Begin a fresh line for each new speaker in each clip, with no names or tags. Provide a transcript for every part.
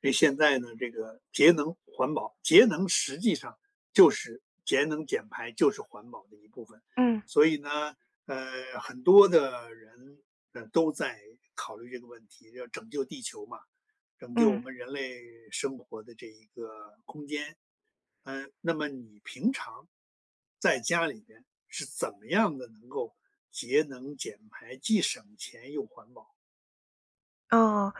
所以现在呢，这个节能环保，节能实际上就是节能减排，就是环保的一部分。
嗯
所以呢，很多的人都在考虑这个问题，要拯救地球嘛，拯救我
嗯，
们人类生活的这一个空间。嗯，那么你平常在家里边是怎么样的能够节能减排，既省钱又环保？
哦，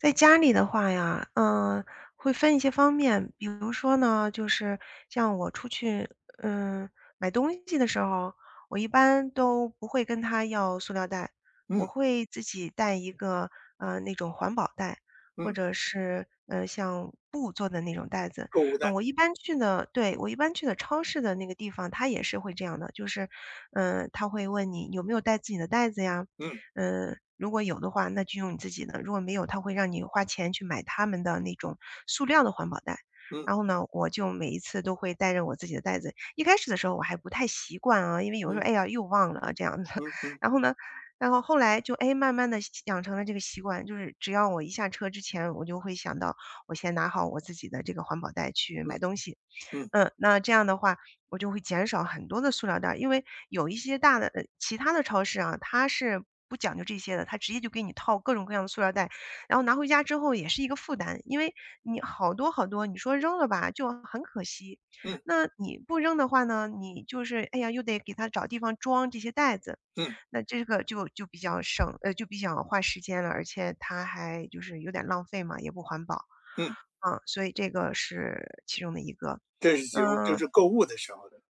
在家里的话呀，会分一些方面，比如说呢，就是像我出去，嗯、买东西的时候，我一般都不会跟他要塑料袋，我
嗯
会自己带一个，那种环保袋，或
嗯，
者是像布做的那种袋子。
购物袋，
我一般去的，对，我一般去的超市的那个地方，他也是会这样的，就是，他会问你有没有带自己的袋子呀。
嗯
如果有的话，那就用你自己的；如果没有，他会让你花钱去买他们的那种塑料的环保袋。
嗯
然后呢，我就每一次都会带着我自己的袋子。一开始的时候我还不太习惯啊，因为有时候，
嗯
哎呀，又忘了啊这样子。
嗯 嗯
然后呢，然后后来就，哎，慢慢的养成了这个习惯，就是只要我一下车之前，我就会想到我先拿好我自己的这个环保袋去买
嗯。
东西。
嗯
嗯，那这样的话，我就会减少很多的塑料袋儿。因为有一些大的其他的超市啊，它是不讲究这些的，它直接就给你套各种各样的塑料袋，然后拿回家之后也是一个负担。因为你好多好多，你说扔了吧，就很可惜。
嗯
那你不扔的话呢，你就是哎呀，又得给它找地方装这些袋子，
嗯
那这个就比较省，就比较花时间了，而且它还就是有点浪费嘛，也不环保。
嗯，
嗯，所以这个是其中的一个。
这是其中就
嗯，
是购物的时候的，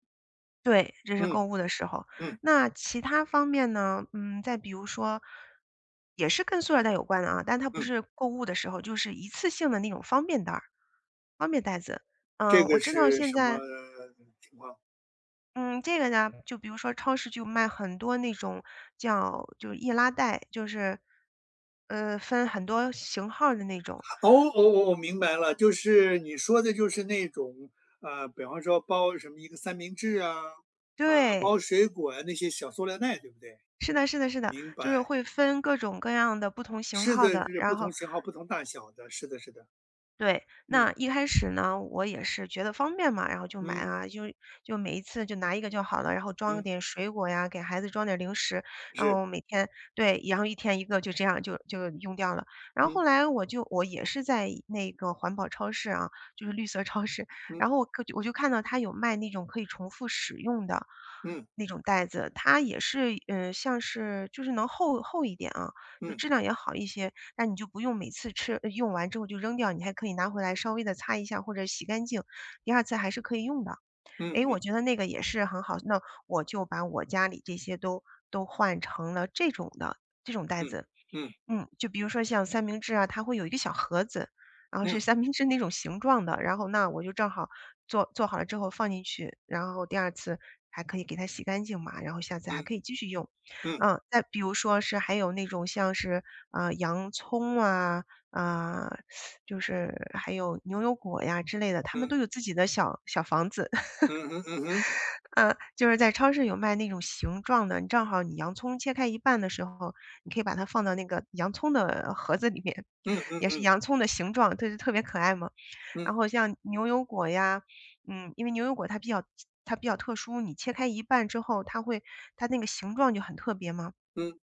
对，这是购
嗯
物的时候。
嗯
那其他方面呢，嗯，再比如说，也是跟塑料袋有关的啊，但它不
嗯，
是购物的时候，就是一次性的那种方便袋儿、方便袋子。
这
嗯，我
个
知道
是
现
什么
在，
情况？
嗯，这个呢，就比如说超市就卖很多那种叫就是易拉袋，就是，分很多型号的那种。
哦哦，哦，明白了，就是你说的就是那种，比方说包什么一个三明治啊，啊，
对，
包水果啊，那些小塑料袋，对不对？
是的，是的，是的，
明
就是
白，
会分各种各样的不同型
是
号
的，
的，
是不
然后
同型号、不同大小的，是的，是的，
对，
嗯
那一开始呢，我也是觉得方便嘛，然后就买
嗯
啊，就每一次就拿一个就好了，然后装
嗯，
点水果呀，给孩子装点零食，然
是，
后每天对，然后一天一个，就这样就用掉了。然后
嗯
后来我也是在那个环保超市啊，就是绿色超市，
嗯
然后我就看到它有卖那种可以重复使用的
嗯
那种袋子，它也是嗯，像是就是能厚厚一点啊，就
嗯
质量也好一些。那你就不用每次吃用完之后就扔掉，你还可以拿回来稍微的擦一下或者洗干净，第二次还是可以用的。
嗯
诶，我
嗯
觉得那个也是很好，那我就把我家里这些都换成了这种的这种袋
嗯
子。
嗯
嗯，就比如说像三明治啊，它会有一个小盒子，然后
嗯
是
嗯
三明治那种形状的，然后那我就正好做好了之后放进去，然后第二次还可以给它洗干净嘛，然后下次还
嗯
可以继续用。
嗯
嗯，再比如说是还有那种像是啊洋葱啊，啊、就是还有牛油果呀之类的，他们
嗯
都有自己的小小房子，
嗯嗯嗯嗯。
嗯，就是在超市有卖那种形状的，你正好你洋葱切开一半的时候，你可以把它放到那个洋葱的盒子里面，
嗯嗯
也是
嗯
洋葱的形状，对，特别可爱嘛。
嗯
然后像牛油果呀，嗯，因为牛油果它比较特殊，你切开一半之后，它那个形状就很特别嘛。
嗯，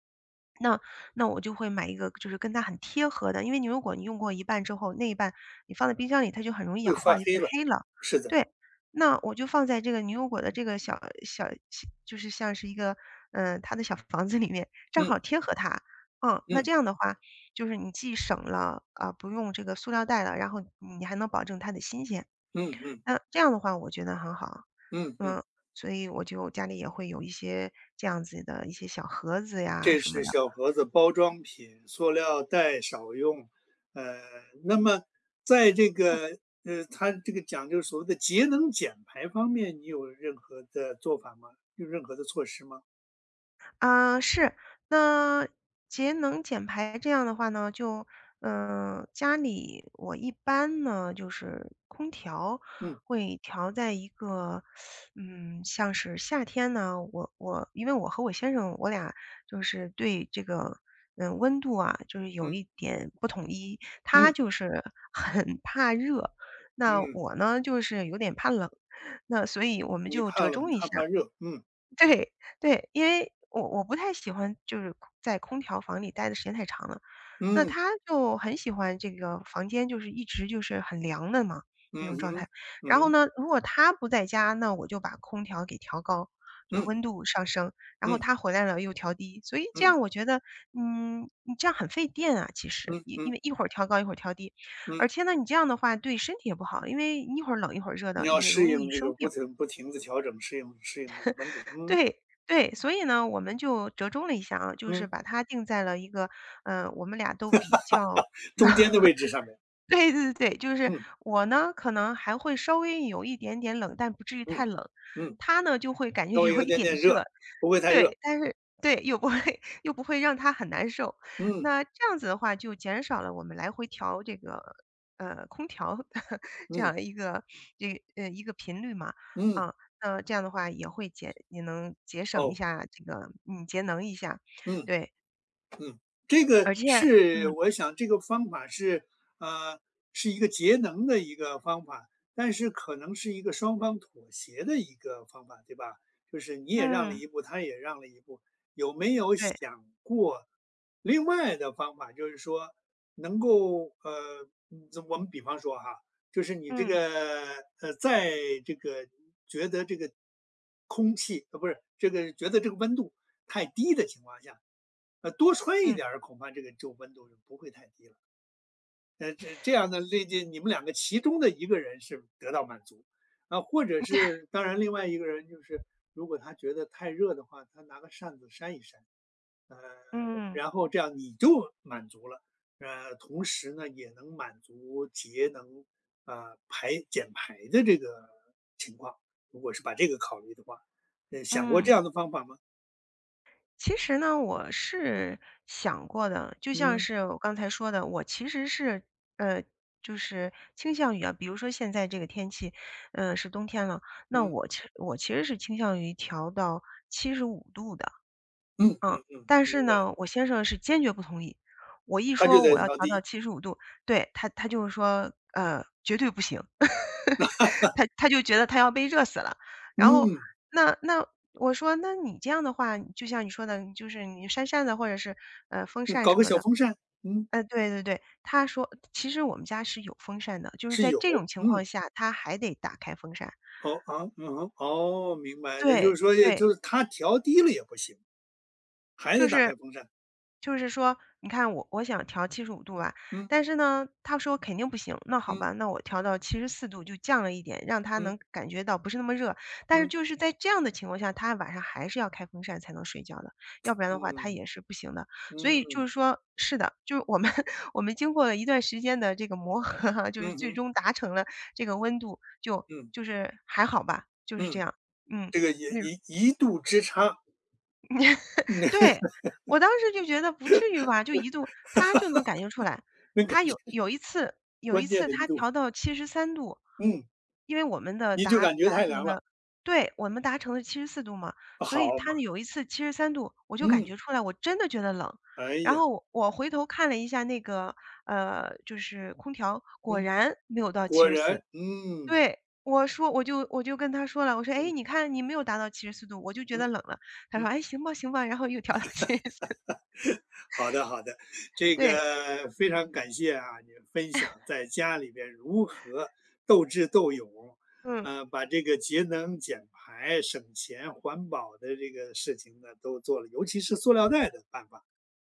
那那我就会买一个就是跟它很贴合的，因为牛油果你用过一半之后，那一半你放在冰箱里，它就很容易
会
氧化，
发
就
黑
变
了，
黑了。
是的，
对，那我就放在这个牛油果的这个小小小就是像是一个，嗯，它的小房子里面，正
嗯
好贴合它。嗯，那
嗯
这样的话，就是你既省了，啊，不用这个塑料袋了，然后你还能保证它的新鲜。
嗯嗯
那这样的话我觉得很好。
嗯嗯，
嗯，所以我就家里也会有一些这样子的一些小盒子呀
这
什么
是
的。
小盒子包装品，塑料袋少用。呃，那么在这个它这个讲究所谓的节能减排方面，你有任何的做法吗？有任何的措施吗？
啊，是。那节能减排这样的话呢，家里我一般呢，就是空调
嗯
会调在一个，嗯，像是夏天呢，我因为我和我先生，我俩就是对这个，温度啊，就是有
嗯
一点不统一。他
嗯
就是 很怕热，那
嗯，
我呢，就是有点怕冷，那所以我们
你
就
怕
折
冷，
中一
他怕
下。
热，嗯
对，对，因为我不太喜欢就是空在空调房里待的时间太长了，那
嗯
他就很喜欢这个房间就是一直就是很凉的嘛，那
嗯
种状态。
哼嗯
然后
哼
呢，如果他不在家，那我就把空调给调高，就是
嗯
温度上升，然后
嗯
他回来了又调低，所以这
嗯
样我觉得，嗯，你这样很费电啊，其
嗯
实，
嗯
因因
嗯
为一会儿调高一会儿调低，而
嗯。
且呢，你这样的话对身体也不好，因为你一会儿冷一会儿热
你
的，
要
你
适
容易
应这
生
个
病。
不停不停地调整，适应适应这个温度，嗯
对对，所以呢，我们就折中了一下啊，就是
嗯，
把它定在了一个，嗯，我们俩都比较
中间的位置上面，
对对对，就是
嗯
我呢，可能还会稍微有一点点冷，但不至于太
嗯
冷，
嗯，
他呢就会感觉
稍微
有
有
一
点
点
点
热，
热，不会太热，
对，但是对，又不会让他很难受。
嗯
那这样子的话，就减少了我们来回调这个，空调的 这
嗯
样一个一个频率嘛。
嗯，
啊，那这样的话也会节也能节省一
哦，
下这个嗯，节能一下。
嗯。
对，
嗯，这个
而且
是
嗯，
我想这个方法是，呃，是一个节能的一个方法，但是可能是一个双方妥协的一个方法，对吧？就是你也让了
嗯，
一步，他也让了一步，有没有
对，
想过另外的方法？就是说，能够我们比方说哈，就是你这
嗯，
个在这个觉得这个不是这个觉得这个温度太低的情况下，多穿一
嗯，
点儿，恐怕这个就温度就不会太低了。这样的,你们两个其中的一个人是得到满足，啊，或者是当然另外一个人就是，如果他觉得太热的话，他拿个扇子扇一扇，呃，
嗯，
然后这样你就满足了，同时呢也能满足节能，啊、减排的这个情况。如果是把这个考虑的话，想过
嗯。
这样的方法吗？
其实呢，我是想过的，就像
嗯
是我刚才说的，我其实是，呃，就是倾向于啊，比如说现在这个天气，是冬天了，那
嗯。
我其实是倾向于调到七十五度的。
嗯
嗯，
嗯嗯，
但是
明白，
呢，我先生是坚决不同意。我一
他就
说我
在
要
调
调到
低。
七十五度，对，他就是说，绝对不行。他就觉得他要被热死了。然后
嗯，
那我说："那你这样的话，就像你说的，就是你扇扇子或者是，风
那
扇
搞
什
个
么
小
的。"
风扇，嗯，
对对对，他说其实我们家是有风扇的，就是
是
在
有，
这种情况
嗯，
下，他还得打开风扇。
哦啊，嗯哼，哦，明白。那就
对，
是说，
对。
就是他调低了也不行，还
就
得打
是
开风扇。
就是说，你看我想调七十五度吧，
嗯
但是呢，他说肯定不行，那好吧，
嗯
那我调到七十四度就降了一点，让他
嗯
能感觉到不是那么热。但是
嗯
就是在这样的情况下，他晚上还是要开风扇才能睡觉的，要不然的话他
嗯
也是不行的。所以就
嗯
是说是的，就是我们 我们经过了一段时间的这个磨合哈，就是
嗯
最
哼
终达成了这个温度就
嗯
就是还好吧，就是这
嗯，
样。嗯。
这个也一度之差，那
对，我当时就觉得不至于吧，就1度他就能感觉出来。
那感
他有
觉
有一次有一
关键
次
的一
他
度，
调到七十三度，
嗯，
因为我们的
你就
达达
感觉太
成
凉了，
的对，我们达成的七十四度嘛，所以
好
他
嘛，
有一次七十三度，我就感
嗯，
觉出来，我真的觉得冷。
哎
然
呀，
后我回头看了一下那个，就是空调，果
嗯，
然没有到七
果
十四。
然，嗯
对，我说我就跟他说了，我说：
嗯
“哎，
嗯
你看你没有达到七十四度，我就觉
嗯。
得冷了。"他说："哎，行吧，行吧。"然后又调到七十四。
好的，好的，这
对，
个非常感谢啊，你分享在家里边如何斗智斗勇，
嗯，
把这个节能减排、省钱环保的这个事情呢都做了，尤其是塑料袋的办法，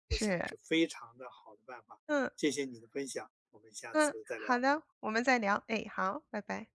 我想
是，
是非常的好的办法。
嗯，
谢谢你的分享，我们下
嗯，
次再
好
聊。
的，我们再聊，哎，好，拜拜。